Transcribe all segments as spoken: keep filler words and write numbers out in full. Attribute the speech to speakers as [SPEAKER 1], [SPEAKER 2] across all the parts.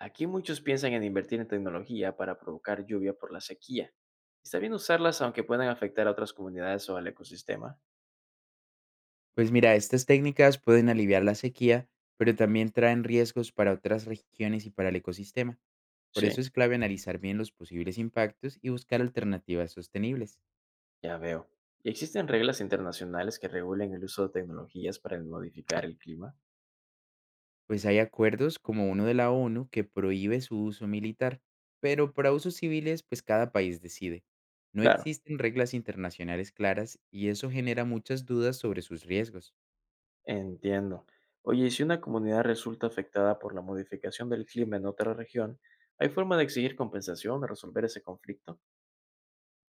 [SPEAKER 1] Aquí muchos piensan en invertir en tecnología para provocar lluvia por la sequía. ¿Está bien usarlas aunque puedan afectar a otras comunidades o al ecosistema?
[SPEAKER 2] Pues mira, estas técnicas pueden aliviar la sequía, pero también traen riesgos para otras regiones y para el ecosistema. Por
[SPEAKER 1] Sí,
[SPEAKER 2] eso es clave analizar bien los posibles impactos y buscar alternativas sostenibles.
[SPEAKER 1] ya veo. ¿Y existen reglas internacionales que regulen el uso de tecnologías para modificar el clima?
[SPEAKER 2] Pues hay acuerdos como uno de la ONU que prohíbe su uso militar, pero para usos civiles pues cada país decide. No
[SPEAKER 1] Claro,
[SPEAKER 2] existen reglas internacionales claras y eso genera muchas dudas sobre sus riesgos.
[SPEAKER 1] entiendo. Oye, ¿y si una comunidad resulta afectada por la modificación del clima en otra región, ¿hay forma de exigir compensación o resolver ese conflicto?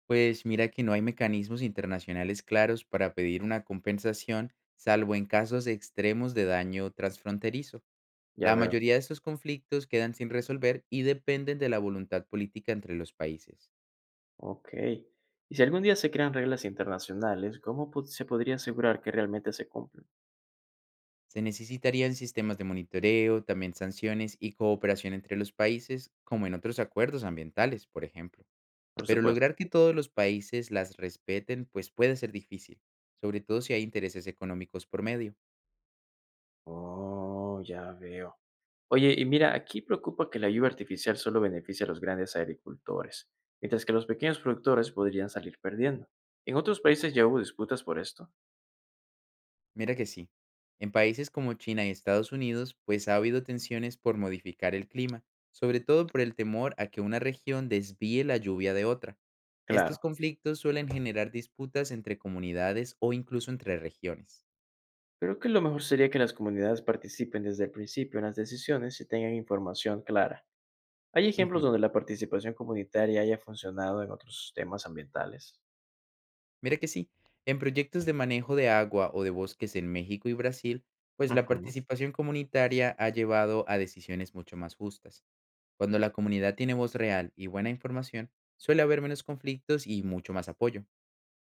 [SPEAKER 2] Pues mira que no hay mecanismos internacionales claros para pedir una compensación, salvo en casos extremos de daño transfronterizo.
[SPEAKER 1] Ya
[SPEAKER 2] La
[SPEAKER 1] veo.
[SPEAKER 2] mayoría de estos conflictos quedan sin resolver y dependen de la voluntad política entre los países.
[SPEAKER 1] Ok. ¿Y si algún día se crean reglas internacionales, cómo po- se podría asegurar que realmente se cumplan?
[SPEAKER 2] Se necesitarían sistemas de monitoreo, también sanciones y cooperación entre los países, como en otros acuerdos ambientales, por ejemplo.
[SPEAKER 1] Por
[SPEAKER 2] Pero
[SPEAKER 1] supuesto.
[SPEAKER 2] lograr que todos los países las respeten, pues puede ser difícil, sobre todo si hay intereses económicos por medio.
[SPEAKER 1] Oh, ya veo. Oye, y mira, aquí preocupa que la lluvia artificial solo beneficia a los grandes agricultores, mientras que los pequeños productores podrían salir perdiendo. En otros países ya hubo disputas por esto.
[SPEAKER 2] Mira que sí. En países como China y Estados Unidos, pues ha habido tensiones por modificar el clima, sobre todo por el temor a que una región desvíe la lluvia de otra. Estos
[SPEAKER 1] Claro.
[SPEAKER 2] conflictos suelen generar disputas entre comunidades o incluso entre regiones.
[SPEAKER 1] Creo que lo mejor sería que las comunidades participen desde el principio en las decisiones y tengan información clara. ¿Hay ejemplos
[SPEAKER 2] Ujú.
[SPEAKER 1] donde la participación comunitaria haya funcionado en otros temas ambientales?
[SPEAKER 2] Mira que sí. En proyectos de manejo de agua o de bosques en México y Brasil, pues la
[SPEAKER 1] Ujú.
[SPEAKER 2] participación comunitaria ha llevado a decisiones mucho más justas. Cuando la comunidad tiene voz real y buena información, suele haber menos conflictos y mucho más apoyo.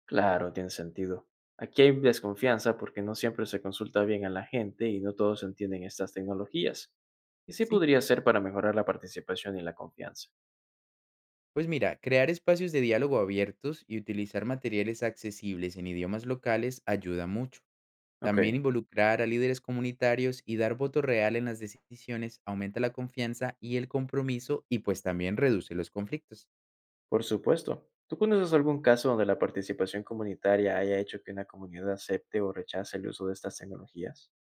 [SPEAKER 1] Claro, tiene sentido. Aquí hay desconfianza porque no siempre se consulta bien a la gente y no todos entienden estas tecnologías. ¿Y sí
[SPEAKER 2] Sí,
[SPEAKER 1] podría ser para mejorar la participación y la confianza?
[SPEAKER 2] pues mira, crear espacios de diálogo abiertos y utilizar materiales accesibles en idiomas locales ayuda mucho.
[SPEAKER 1] Ok,
[SPEAKER 2] También involucrar a líderes comunitarios y dar voto real en las decisiones aumenta la confianza y el compromiso, y pues también reduce los conflictos.
[SPEAKER 1] por supuesto. ¿Tú conoces algún caso donde la participación comunitaria haya hecho que una comunidad acepte o rechace el uso de estas tecnologías?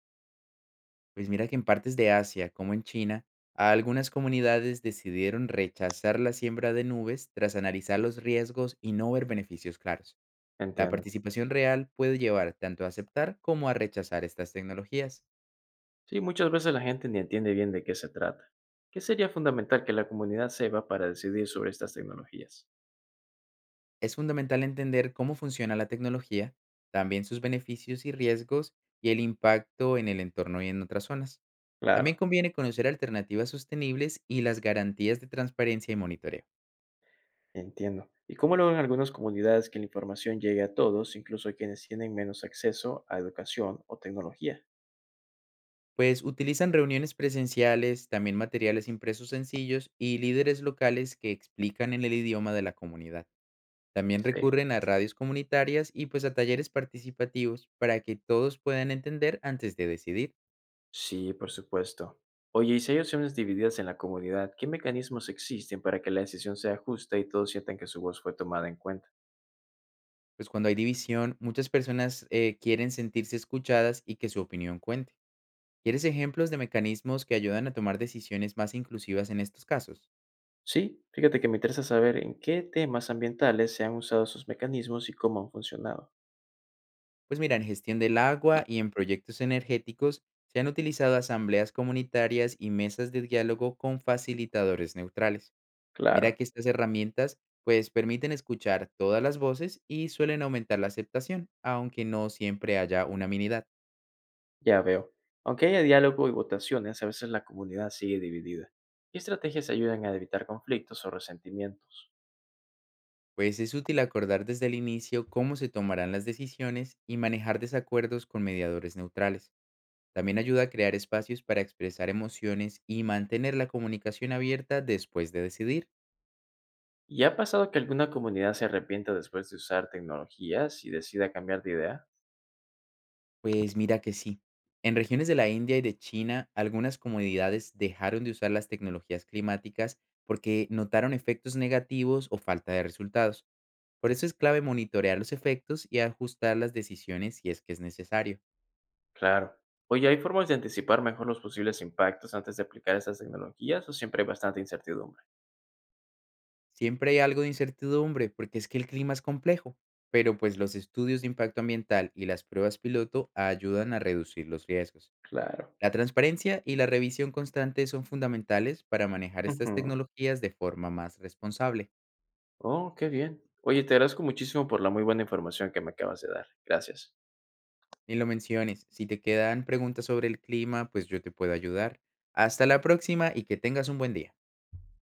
[SPEAKER 2] Pues mira que en partes de Asia, como en China, algunas comunidades decidieron rechazar la siembra de nubes tras analizar los riesgos y no ver beneficios claros. La
[SPEAKER 1] Entiendo.
[SPEAKER 2] participación real puede llevar tanto a aceptar como a rechazar estas tecnologías.
[SPEAKER 1] Sí, muchas veces la gente ni entiende bien de qué se trata. ¿Qué sería fundamental que la comunidad sepa para decidir sobre estas tecnologías?
[SPEAKER 2] Es fundamental entender cómo funciona la tecnología, también sus beneficios y riesgos, y el impacto en el entorno y en otras zonas. También
[SPEAKER 1] Claro.
[SPEAKER 2] conviene conocer alternativas sostenibles y las garantías de transparencia y monitoreo,
[SPEAKER 1] Entiendo. ¿Y cómo logran algunas comunidades que la información llegue a todos, incluso a quienes tienen menos acceso a educación o tecnología?
[SPEAKER 2] pues utilizan reuniones presenciales, también materiales impresos sencillos y líderes locales que explican en el idioma de la comunidad. También
[SPEAKER 1] Sí,
[SPEAKER 2] recurren a radios comunitarias y pues a talleres participativos para que todos puedan entender antes de decidir.
[SPEAKER 1] sí, por supuesto. Oye, y si hay opciones divididas en la comunidad, ¿qué mecanismos existen para que la decisión sea justa y todos sientan que su voz fue tomada en cuenta?
[SPEAKER 2] Pues cuando hay división, muchas personas eh, quieren sentirse escuchadas y que su opinión cuente. ¿Quieres ejemplos de mecanismos que ayudan a tomar decisiones más inclusivas en estos casos?
[SPEAKER 1] Sí, fíjate que me interesa saber en qué temas ambientales se han usado esos mecanismos y cómo han funcionado.
[SPEAKER 2] Pues mira, en gestión del agua y en proyectos energéticos se han utilizado asambleas comunitarias y mesas de diálogo con facilitadores neutrales. Mira
[SPEAKER 1] Claro.
[SPEAKER 2] que estas herramientas pues permiten escuchar todas las voces y suelen aumentar la aceptación, aunque no siempre haya unanimidad.
[SPEAKER 1] Ya veo. Aunque haya diálogo y votaciones, a veces la comunidad sigue dividida. ¿Qué estrategias ayudan a evitar conflictos o resentimientos?
[SPEAKER 2] Pues es útil acordar desde el inicio cómo se tomarán las decisiones y manejar desacuerdos con mediadores neutrales. También ayuda a crear espacios para expresar emociones y mantener la comunicación abierta después de decidir.
[SPEAKER 1] ¿Y ha pasado que alguna comunidad se arrepienta después de usar tecnologías y decida cambiar de idea?
[SPEAKER 2] Pues mira que sí. En regiones de la India y de China, algunas comunidades dejaron de usar las tecnologías climáticas porque notaron efectos negativos o falta de resultados. Por eso es clave monitorear los efectos y ajustar las decisiones si es que es necesario.
[SPEAKER 1] Claro. Oye, ¿hay formas de anticipar mejor los posibles impactos antes de aplicar estas tecnologías o siempre hay bastante incertidumbre?
[SPEAKER 2] Siempre hay algo de incertidumbre porque es que el clima es complejo, pero pues los estudios de impacto ambiental y las pruebas piloto ayudan a reducir los riesgos.
[SPEAKER 1] Claro.
[SPEAKER 2] La transparencia y la revisión constante son fundamentales para manejar estas
[SPEAKER 1] Ujú.
[SPEAKER 2] tecnologías de forma más responsable.
[SPEAKER 1] Oh, qué bien. Oye, te agradezco muchísimo por la muy buena información que me acabas de dar. Gracias.
[SPEAKER 2] Ni lo menciones, si te quedan preguntas sobre el clima, pues yo te puedo ayudar. Hasta la próxima y que tengas un buen día.